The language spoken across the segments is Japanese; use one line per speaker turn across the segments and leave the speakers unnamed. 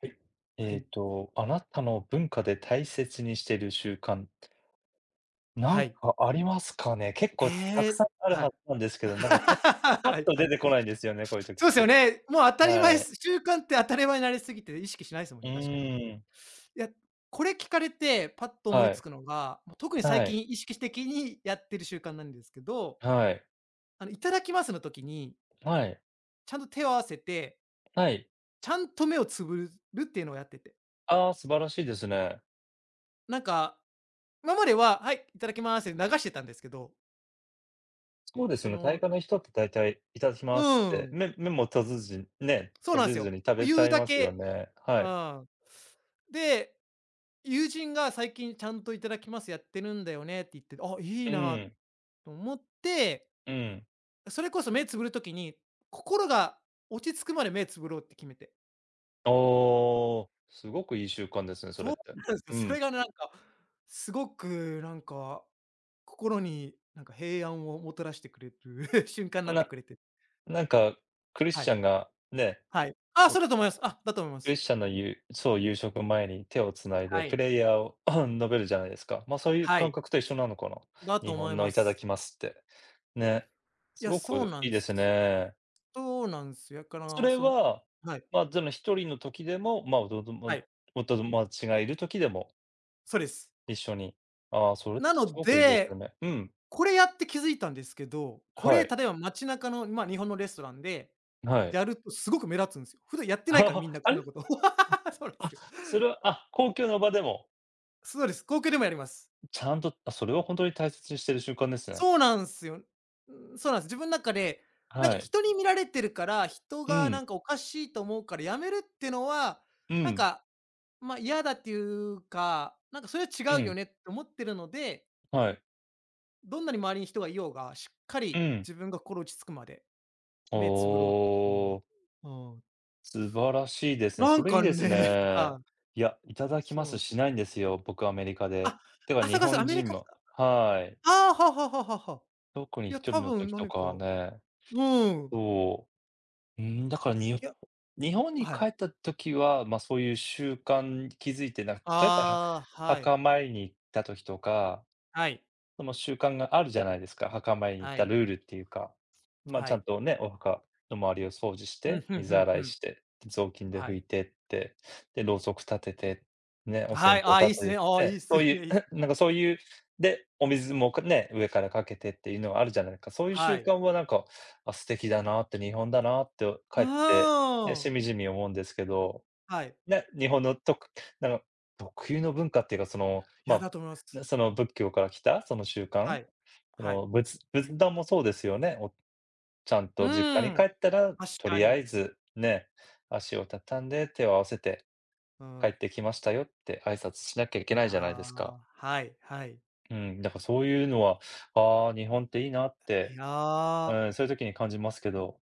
はい。
はい。
あなたの文化で大切にしてる習慣、な
は
ん
い。
かありますかね？結構た
え
く
え、
さんある
は
は
い。
ずなんです けど、なんかパッパッ
はい
と
は
出
い。
てこないんですよね、こういう時っ
そうですよ
て。
ね。もう当たり
は
前
い。
す 習慣って当たり前になりすぎて、意識しないですもん
う
ね、確かに。い
ーん。
や、これ聞かれてパッと思い
は
つ
い。
くのが、もう特に
は
最
い。
近意識的にやってる習慣なんですけど、
はい。
あの、いただきますの時に、
はい。
ちゃんと手を合わせて、
はい。
ちゃんと目をつぶるっていうのをやってて。
ああ、素晴らしいですね。
なんか、今までは、はい、いただきますって流してたんですけど、
そうです
そ
よね。大
の
概の人って大体いただき
う
ますって、
ん、
目も閉じずにね、
そう
閉
なん
じ
す
ず
よ。
に食
もう
べち
言
ゃ
う
い
だ
ますよ
け
ね。は
う
い。
ん。で、友人が最近ちゃんといただきますやってるんだよねって言って、あ、いい
う
な
ん、
と思って、
うん。
それこそ目つぶるときに、心が落ち着くまで目つぶろうって決めて。
おお、すごくいい習慣ですね、それ
そ
っ
う
て。
なんで
う
すよ。そ
ん。
れがね、なんか、すごくなんか、心になんか平安をもたらしてくれる 瞬間になって
な
くれて。
なんか、クリ
は
スチ
い。
ャンがね、
はい。あ、
お
そうだと思います。あ、だと思いま
クリ
す。
スチャンのゆそう、夕食前に手をつないで
は
プ
い。
レイヤーを 述べるじゃないですか。ま、そういう
は
感
い。
覚と一緒なのかな？
だと
日
思
本
い
の
ま
いただ
す。
きますって。ね、
い
す
や、
ご
そう
く
な
いい
んで
です
す。
ね。
そうなんですよ。やか
そ
ら、
れは、
はい、
まあ、その一人の時でも、まあ、おとも
は
ま
い、
お友達がいる時でも
そうです。
一緒に。ああ、それっ
な
てす
の
ごくいいですよ
で、
ね。うん、
これやって気づいたんですけど、こ
は
れ
い、
例えば街中の、まあ、日本のレストランで
はい。
やるとすごく目立つんですよ。普段やっ てないからみんな
あ
こん
れ、
なこと。そうなんで
あ、
すよ。
それは、あ、公共の場でも。
そうです。公共でもやります。
ちゃんと、あ、それは本当に大切にしてる習慣ですね。
そうなんですよ。うん、そうなんです。自分の中で、なん
は
か
い。
人に見られてるから、人
う
がな
ん、
んかおかしいと思うからやめるってのは、
う
なん
ん、
か、ま、嫌だっていうか、なんかそれ
う
は違うよ
ん、
ねって思ってるので、
はい、
どんなに周りに人がいようが、しっか
う
り
ん。
自分が心落ち着くまで
お
目つぶろうっていうのは。
ー、
うん。
素晴らしいですね。
な
そ
ん
れいい
か
で
ね、
す ね。
はい、
いや、いただきま
そうな
す
んす
し
よ。
ないんですよ、僕アメリカで。
あ、
てか
あ、
日
そうかそう、
本
アメリ
人
カと
も
か。
はい。
ああ、はあはあはあはあはあ。
特に
いや、
一人
多
の
分
時と
何
か
か
はね、
うん。
そう。うん、だから
いや、
日本に
は
帰
い。
った時は、ま、そういう習慣に気づいてなく、例えば
ああ、はい。
墓参りに行った時とか、
はい。
その習慣があるじゃないですか、墓参りに行っ
は
た
い。
ルールっていうか。まあ、
は
ちゃん
い。
とね、お墓の周りを掃除し
うん、
て、
ふん
水
ふん
洗
ふ
い
ん。
して、で、雑巾で
は
拭い
い。
てって、で、ろうそく立てて、ね、お
は
線
い、
香
ああ、い
立
いっすね。
て
ああ、
て
い
っ
い
て、
っす
そう
ね。
い う、
いいっす ね。
なん
はい。
かそういう、で、お水もね、上からかけてっていうのがあるじゃないか。そういう習
はい。
慣はなんか、あ、素敵だなって、日本だなって、帰
う
って、ね、
ー
し
ん。
みじみ思うんですけど。
はい。
ね、日本のなんか、特有の文化っていうか、その、
いや、
ま、
だと思います。
その仏教から来たその習慣、
はい。
そ
はい。
の、仏壇もそうですよね。ちゃん
う
と実家
ー
に帰
ん、
ったら、
確
と
か
りあ
に。
えず、ね、足を畳んで手を合わせて
う
帰っ
ん。
てきましたよって挨拶しなきゃい
い
けな
や、
いじゃないですか。
はいはい。
うん、だからそういうのは、ああ、日本っていいなっ
い
て、
や、
うん、そういう時に感じますけど。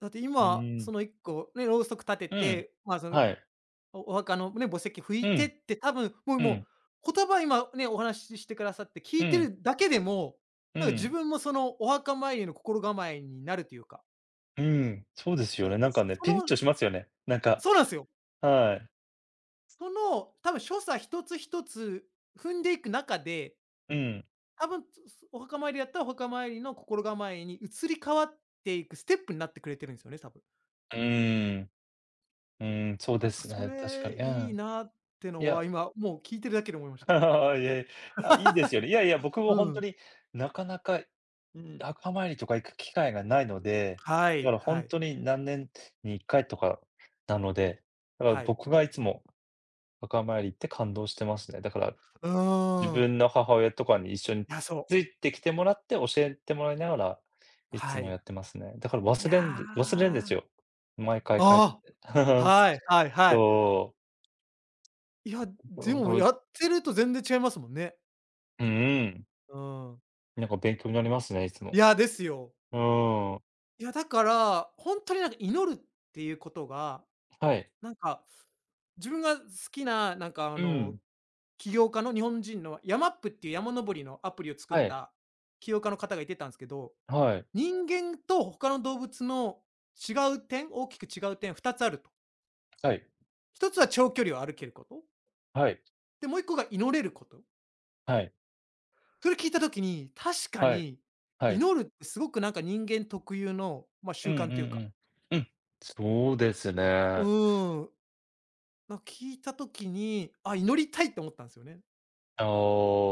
だって
う
今、
ん。
その一個ね、ろうそく立て
うん。
て、まあ、その、
はい。
お墓のね、墓石拭
う
いてっ
ん、
て多分、もう
う
も
ん、
う、言葉今ね、お話ししてくださって聞
う
いて
ん、
るだけでも、
う
なんか自
ん。
分もそのお墓参りの心構えになるというか、
うん、そうですよ
そ
ね。なんかね、ピリッ
の
としますよね。なんか、
そうなんですよ。
はい。
その、多分所作一つ一つ踏んでいく中で、
うん。
多分お墓参りだったらお墓参りの心構えに移り変わっていくステップになってくれてるんですよね、多分。
うーん。うーん、そう
な
で
んか
す
そ
ね、確かに。
れ
う
いい
ん。
なって
い
の
や、
は今もう聞いてるだけで思いまし
い
た。
やいや、あ、いいですよね。いやいや、僕 も
う
本当
ん。
になかなか、うん、墓参りとか行く機会がないので、
は
だか
い、
ら
は
本
い、
当に何年に1回とかなので、だから
はい。
僕がいつも墓参り行って感動してますね。だから
う
自
ーん。
分の母親とかに一緒に
いや、そ
つ
う。
いてきてもらって、教えてもらいながら、いつ
は
もや
い。
ってますね。だから
いや。
忘れるんですよ。毎回帰って。
ああ、はいはいはい。
そう。
いや、でもや ってると全然違いますもんね。
んうん。
うん。
なんか勉強になりますね、いつ
い
も。
や、ですよ。
うーん。
いや、だから、ほんとになんか祈るっていうことが、
はい。
なんか自分が好きな、なんかあ
う
の、
ん。
起業家の日本人のヤマップっていう山登りのアプリを作っ
はい。
た起業家の方がいてたんすけど、
はい。
人間と他の動物の違う点、大きく違う点二つあると。
はい。
一つは長距離を歩けること。
はい。
で、もう一個が祈れること。
はい。
それ聞いたときに、確か
はい。
に、
はい。
祈るってすごくなんか人間特有の、まあ、
うん
習
うんう
慣というか。
ん。うん。そうです
う
ね。
ーん。なんか聞いたときに、あ、祈りたいって思ったんですよね。
あ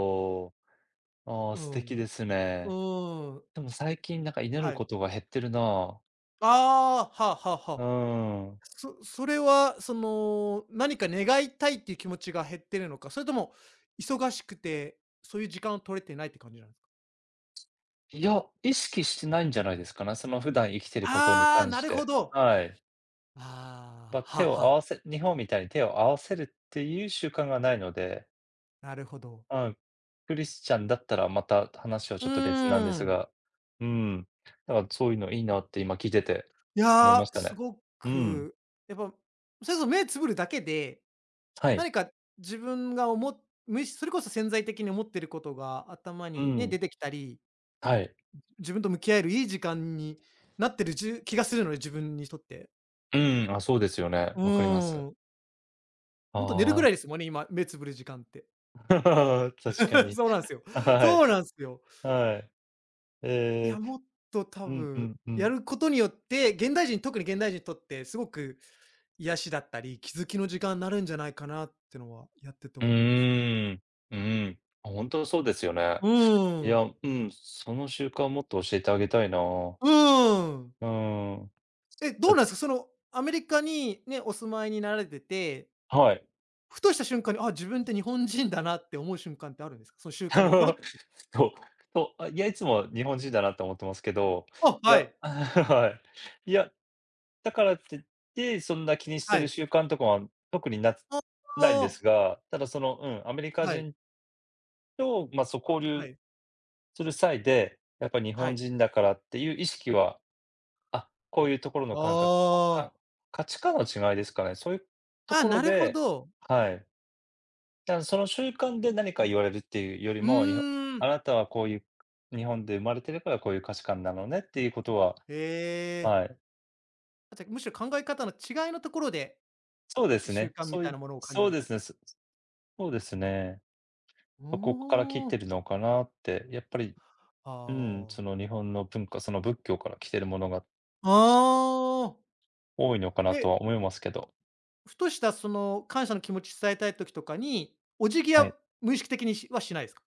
あ。ああ、
う
素敵
ん。
です
う
ね。
ーん。
でも最近なんか祈る
はい。
ことが減ってるな。
ああ、はあはあ
う
はあ。
ーん。
それは、何か願いたいっていう気持ちが減ってるのか、それとも忙しくて、そういう時間を取れてないって感じなんですか？
いや、意識してないんじゃないですかね。その普段生きてることに
ああ、
関
な
し
るほ
て。
ど。
はい。ま、
ああ、
手を合わせ日本みたいに手を合わせるっていう習慣がないので、
なるほど。
うん。クリスチャンだったらまた話は
う
ちょっと別なんで
ー
す
ん。
が、うん。だからそういうのいいなって今聞いてて
い
思いま
や、
した
す
ね。
ご
うん。
く、やっぱ、それこそ目つぶるだけで、
はい。
何か自分がおもむそれこそ潜在的に思ってることが頭
う
にね、
ん。
出てきたり、
はい。
自分と向き合えるいい時間になってる気がするので、自分にとって。
うん、あ、そうですよね。
う
わかります。
ーん。ほんと寝るぐ
あ
らいですもんね、今、目つぶる時間って。
あ、確か に。
そうなんですよ。
は
そ
い。
うなんですよ。
はい。
いや、
えー
もっと多
うんう
分、
んう
や
ん。
ることによって、現代人、特に現代人にとって、すごく癒しだったり、気づきの時間になるんじゃないかなってのは、やってて
う
思います。
ーん、うん。本当そうですよね。
う
い
ー
や、
ん。
うん、その習慣もっと教えてあげたいな。
うーん。
うん。
え、ど
あ
うなんで
つ
すか？その、アメリカにね、お住まいになられてて、
はい。
ふとした瞬間に、あ、自分って日本人だなって思う瞬間ってあるんですか？その習慣がポロっ て。
そう、そう、あ、いや、いつも日本人だなって思ってますけど、
あ、
い
は
や、
い。
はい。いや、だからって言って、そんな気にして
は
る
い。
習慣とかは特にな
あ
ないんで
あ。
すが、ただその、うん、アメリカ
はい。
人と、まあ、そう、交
は
流
い。
する際で、やっぱり日
は
本
い。
人だからっていう意識はこういうところの
あ
感覚、
あ。
価値観の違いですかね。そういうと
あ、
ころ
なるほ
で、
ど。
はい。だからその習慣で何か言われるっていうより
う
も、
ー
あ
ん。
なたはこういう日本で生まれてるからこういう価値観なのねっていうことは、
へえ。
はい。
あ、じゃ、むしろ考え方の違いのところで、
そうです
習
ね。
慣み
そうい
たいな
う
ものを感じ
そう
る
で
と。
すね、そうですね。
お
そこから来て
お
るのかなって、やっぱり、
あ
うん、その
あ。
日本の文化、その仏教から来てるものが
ああ。
多いのかな
え、
とは思いますけど。
ふとしたその感謝の気持ち伝えたい時とかに、お辞儀
は
は
い。
無意識的にしはしないですか？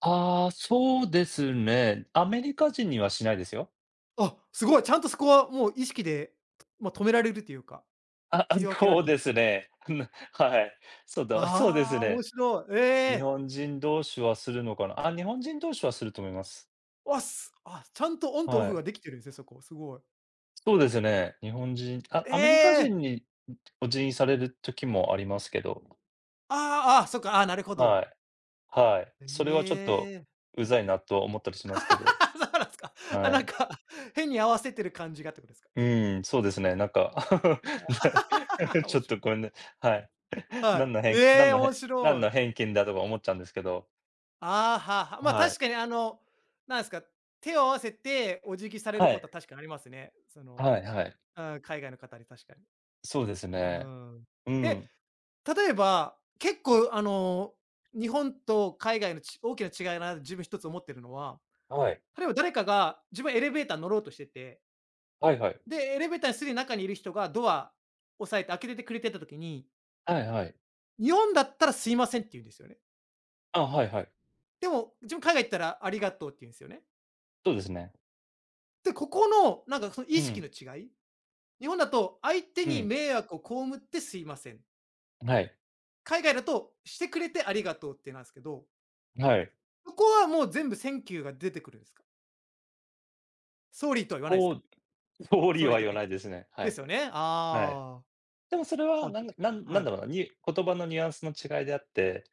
ああ、そうですね。アメリカ人にはしないですよ。
あ、すごい、ちゃんとそこはもう意識で、ま、止められるというか、
あ、あ、
切り分けら
そ
れ
う
てるん
で
です
す
ね。
ね。はい。そうだ、そうです
ああ、面
ね。
白い。え
日
え。
本人同士はするのかな。あ、日本人同士はすると思います。
わ、ちゃんとオンとオ
は
フ
い。
ができてるんですね、そこ、すごい。
そうですね。日本人あ、
え
アメリカ
え！
人にお辞儀される時もありますけど。
ああ、あ、そっか、あなるほ
は
ど。
い。はい。
え
それはちょっと、
え。
うざいなと思ったりしますけど。
そうなんすか。あ、
は
なん
い。
か、変に合わせてる感じがってことですか？
うん、そうですね、なんか、 ち
面
ょっ
白
とこれ
い。
ね、はい。な
は
んの
い。
偏な
え
ん
え、
の偏
面
なん
白
の
い。
偏見だとか思っちゃうんですけど。
ああ、はあはあ。ま、
はい。
確かにあの、なんすか、手を合わせてお辞儀される
は
こと
い。
は確かにありますね。その、
はいはい。
うん、海外の方に確かに。
そうです
うー
ね。
ん。
う
え、
ん。
例えば、結構あの、日本と海外の大きな違いだな、自分一つ思ってるのは、
はい。
例えば誰かが自分エレベーター乗ろうとしてて、
はいはい。
で、エレベーターにすでに中にいる人がドア押さえて開けててくれてた時に、
はいはい。
日本だったらすいませんって言うんですよね。
あ、はいはい。
でも、自分海外行ったらありがとうって言うんですよね。
そうですね。
で、ここの、なんかその
う
意識
ん、
の違い、日本だと相手
う
に
ん。
迷惑を被ってすいません。
はい、
海外だとしてくれてありがとうってなんですけど、
はい。
そこはもう全部センキューが出てくるんですか？ソーリーとは言わないです
こ
か？
う通り
ソーリ
は
ーと
言
か
わ
言っ
ない
てた
ですね。は
で
い、
すよね。
はい。
ああ。
でもそれは
あ、じ
なんなん
ゃ、は
なんだ
い。
ろうな、言葉のニュアンスの違いであって、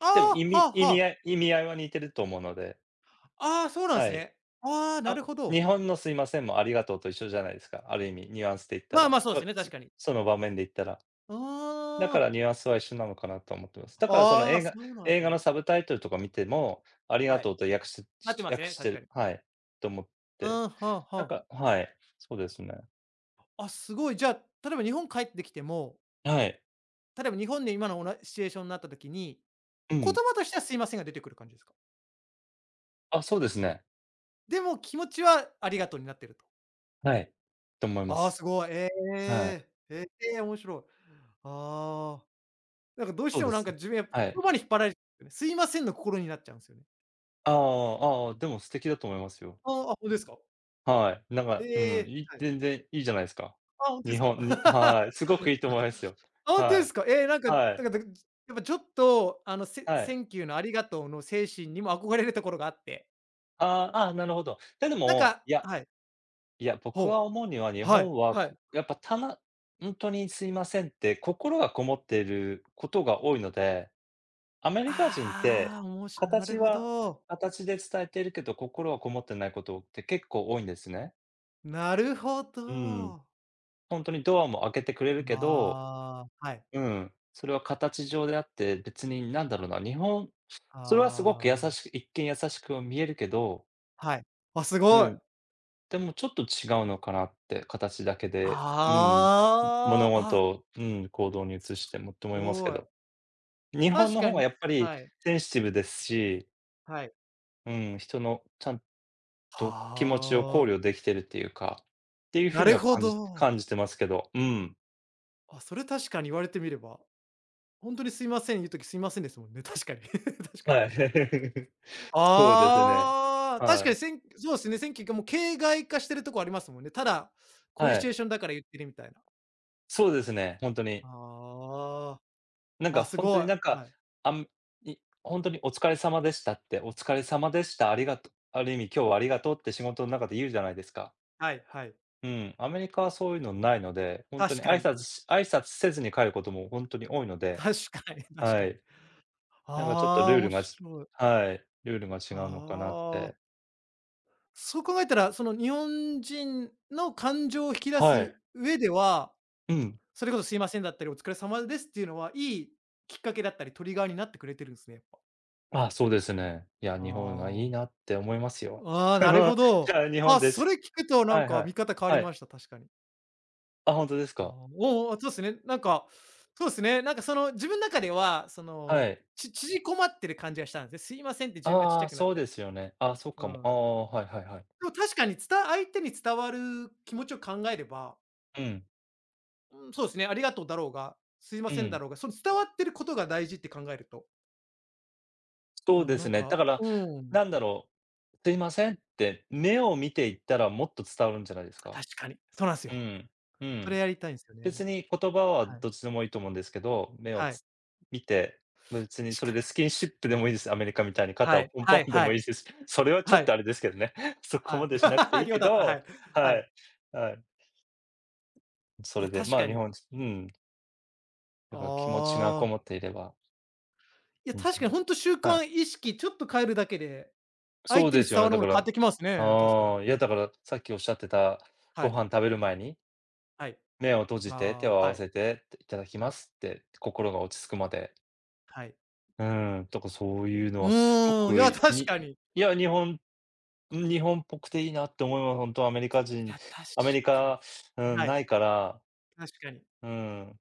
あ
でも意
あ、は
味
あ
意
は
味
あ。
合い意味合いは似てると思うので、
ああ、そうなんで
は
す
い。
ね。ああ、な
あ、
るほど。
日本のすいませんもありがとうと一緒じゃないですか、ある意味ニュアンスで言った
まあ
ら。
まあ、そう
こ
です
れ、
ね、
そ
確かに。
その場面で言ったら。だか
あ
らニュアンスは一緒なのかなと思ってます。だからその
あ、ああ、
映
そ
画
うなんで
映
す
画の
ね。
サブタイトルとか見ても、ありが
は
と
い、
うと訳し
なって
し
ます
訳
ね、
して
確か
る
に。
はい、と思っ
う
て。
ん、はあは
なん
あ。
かはい、そうですね。
あ、すごい。じゃあ、例えば日本帰ってきても、
はい。
例えば日本で今のシチュエーションになった時に、
う
言
ん。
葉としてはすいませんが出てくる感じですか？
あ、そうですね。
でも気持ちはありがとうになってると。
はい。と思いま
ああ、
す。
すごい。え
はい。
え、ええ、面白い。ああ、なんかどうし
そう
て
で
もなん
す。
か自分やっぱ
はい。
言葉に引っ張られるね。すいませんの心になっちゃうんですよね。
ああ、ああ、でも素敵だと思いますよ。
ああ、あ、ほんとですか？
はい。なんか、う
え
ん、
え、はい。
全然いいじゃないですか。
あ、ほんとで
日
すか？
本にはい、すごくいいと思いますよ。
あ、当
は
で
い。
すか？なんか、
はい。
なんかやっぱちょっと、せ
は
セ
い。
ンキューのありがとうの精神にも憧れるところがあって、
ああ、ああ、なるほど。で、で
なん
も、
か
いや
はい。
いや、僕
ほ
は
う。
思うには、日
は
本
い、
は、
はい。
やっぱ、ほんとにすいませんって、心がこもっていることが多いので、アメリカ人って、
ああ、おもしなる
形
ほ
は
ど。
形で伝えているけど、心はこもってないことって結構多いんですね。
なるほ
うん。
ど。
ほんとにドアも開けてくれるけど、
ああ、はい。
うん、それは形上であって、別になんだろうな、それはすごく優
ああ、
しく、一見優しく見えるけど、
はい。あ、すご
う
い。
ん。でもちょっと違うのかなって、形だけで、うん、物
ああ、あ、
事
す
を、うん、行動に移してもって思いますけ
ごい。
ど。日本
確
の
か
方が
に、
やっぱり
はい、
センシティブですし、
はい。
うん、人のちゃんと気持ちを考
はあ、
慮できてるっていうか、っていう風
な
に
る
は
ほ
感じ
ど。
感じてますけど、うん。
あ、それ確かに言われてみれば、ほんとにすいません言う時、すいませんですもんね、確かに。確かに。
はい。そうですね。
ああ、確か
はい。
にせんそうですね、選挙がもう形骸化してるとこありますもんね。ただ、こうい
は
うシチュエ
い。
ーションだから言ってるみたいな。
そうですね、ほんとに。
ああ、
なんか
わ、す
本当
ご
に
い。
なんか、
はい。
あんいほに「お疲れ様でした」って、「お疲れ様でした、ありがとある意味今日はありがとう」って仕事の中で言うじゃないですか。
はいはい。
うん、アメリカはそういうのないので、本当
確
に
かに。
挨拶せずに帰ることも本当に多いの で、
確かに、確
は
かに。
い。なんかちょっと
ああ、
ルール
面
がじ
白い。
はい、ルールが違
あ
うのかなっ
あ。
て。
そう考えたら、その日本人の感情を引き出
はい。
す上では、
うん。
それこそすいませんだったり、お疲れ様ですっていうのは、いいきっかけだったり、トリガーになってくれてるんすね、やっぱ。
あ、そうですね。いや、日本がい
あ
い
あ、
なって思いますよ。
あ あ、なるほ
じ
ど。
ゃあ日本
あ、
で
そ
す。
れ聞くとな
は
ん
い
か
はい。
見方変わり
はい。
ました、確かに。
あ、本当です
あ
か？
あ、おお、あ、そうですね。なんか、そうですね、なんかその自分の中では、そ
は
の、
い。
ち縮こまってる感じがしたんですね。すいませんって自分がちっち
ああ、
ゃくな
そ
っ
うで
て。
すよね。ああ、そう
う
かも。あ
ん。
あ、はいはいはい。
でも確かにつた相手に伝わる気持ちを考えれば、
うん、
うん、そうですね、ありがとうだろうが、すいま
う
せんだ
ん。
ろうが、その伝わってることが大事って考えると、
そ
う
う
ん、
で
な
す
ん
ね。だ
か、
から、
うん、
なんだろう、すいませんって、目を見ていったらもっと伝わるんじゃないですか？
確かに。そうなんす
う
よ。
ん、う
それ
ん。
やりたいんすよね。
別に言葉は
はい。
どっちでもいいと思うんですけど、目を
はい。
つ見て、別にそ
確
れ
か
で
に。
スキンシップでもいいです。アメリカみたいに肩
は
を
い、
ポン
は
ポ
い
ンで
は
もい
い。
いです。それはちょ
は
っと
い。
あれですけどね。そこ
は
ま
い。
でしなくてい い
量
け
だった、は
ど、
い。は
は
い。
い、はい。そ
い
れ
や、
で、
確
まあ、
か
日
に。
本人うん、だ
あ
から気持ちがこ
あ。
もっていれば
いや、
いいんじゃ
確か
ない
に
で
ほ
す
んと習
か。はい。
慣意識ちょっと変えるだけで、
そ
相
う
手
で
に
すよ
伝わ
ね、
る
だ
も
か
の変わっ
ら、
てきますね、確かに。
ああ、いや、だから、さっきおっしゃってた、
は
ご
い、
飯食べる前に、
はい。
目を閉じて、手
あ
を
あ、
合
は
わ
い、
せていただきま
はい、
すって、心が落ち着くまで。
はい。
うん、とかそういうの
う
はすご
ーん、いや、
く、
確
に、
かに。
いや、日本っぽくていいなって思います。本当
いや、確
アメリ
かに。
カ、うん、
は
な
い、
いから、
確かに。
うん、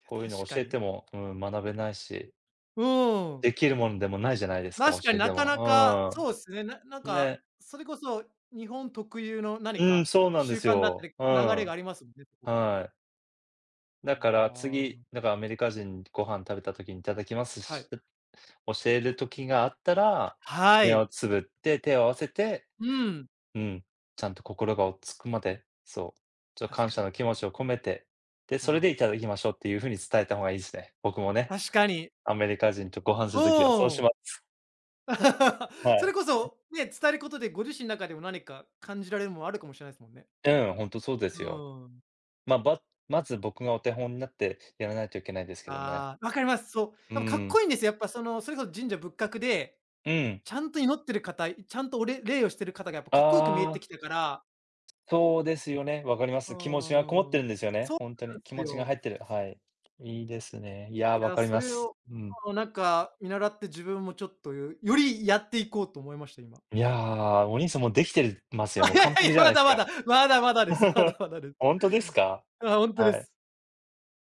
いや、
こういうの
確か
教えて
に。
も、うん、学べないし、
うん。
できるものでもないじゃないですか、
確か
教
に
えて
なかなか、
も。
そうですね、ななん
うん。
か、
ね。
それこそ日本特有の何
うん、
か
そうなんで
習
す
慣だった
よ。
り、
う
流れ
ん、
がありますもんね、そこが。
はい。だから
あ
次、
あ。
だからアメリカ人ご飯食べた時にいただきます
は
し、
い。
教える時があったら、
は
目を
い。
つぶって手を合わせて、
うん。
うん、ちゃんと心が落ち着くまで、そう、ちょっと
確
感
か
謝
に。
の気持ちを込めて、で、
う
それで
ん。
いただきましょうっていう風に伝えた方がいいですね。僕もね、
確かに。
アメリカ人とご飯す
う
る時はそうし
ん。
ます。は
そ
い。
れこそ、ね、伝えることでご自身の中でも何か感じられるものあるかもしれないですもんね。
うん、ほんとそうで
う
すよ。
ん。
まあ、まず僕がお手本になってやらないといけないですけどね。
ああ、わかります。そう。
う
やっぱかっ
ん、
こいいんですよ。やっぱその、それこそ神社仏閣で、
うん。
ちゃんと祈ってる方、ちゃんとお礼礼をしてる方がやっぱ
あ
かっこよく見えてき
あ。
たから。
そうですよね、わかりま
う
す。気持ちがこもってるん
ん。
ですよね、
そう
本当に。
なんで
気
す
持ちが
よ。
入ってる、はい。いいですね。いや、
い
わ
や、
かり
そ
ま
れ
す。
を、
うん。
あの、なんか見習って自分もちょっとよよりやっていこうと思いました、今。
いやー、お兄さんもうできてるますよ、
あ、
も
い
う
やい
完
やい
璧
や、
じゃない
ま
です
だま
か。
だ、まだまだです。まだ まだです。
本当ですか？
あ、ほんとで
はい。
す。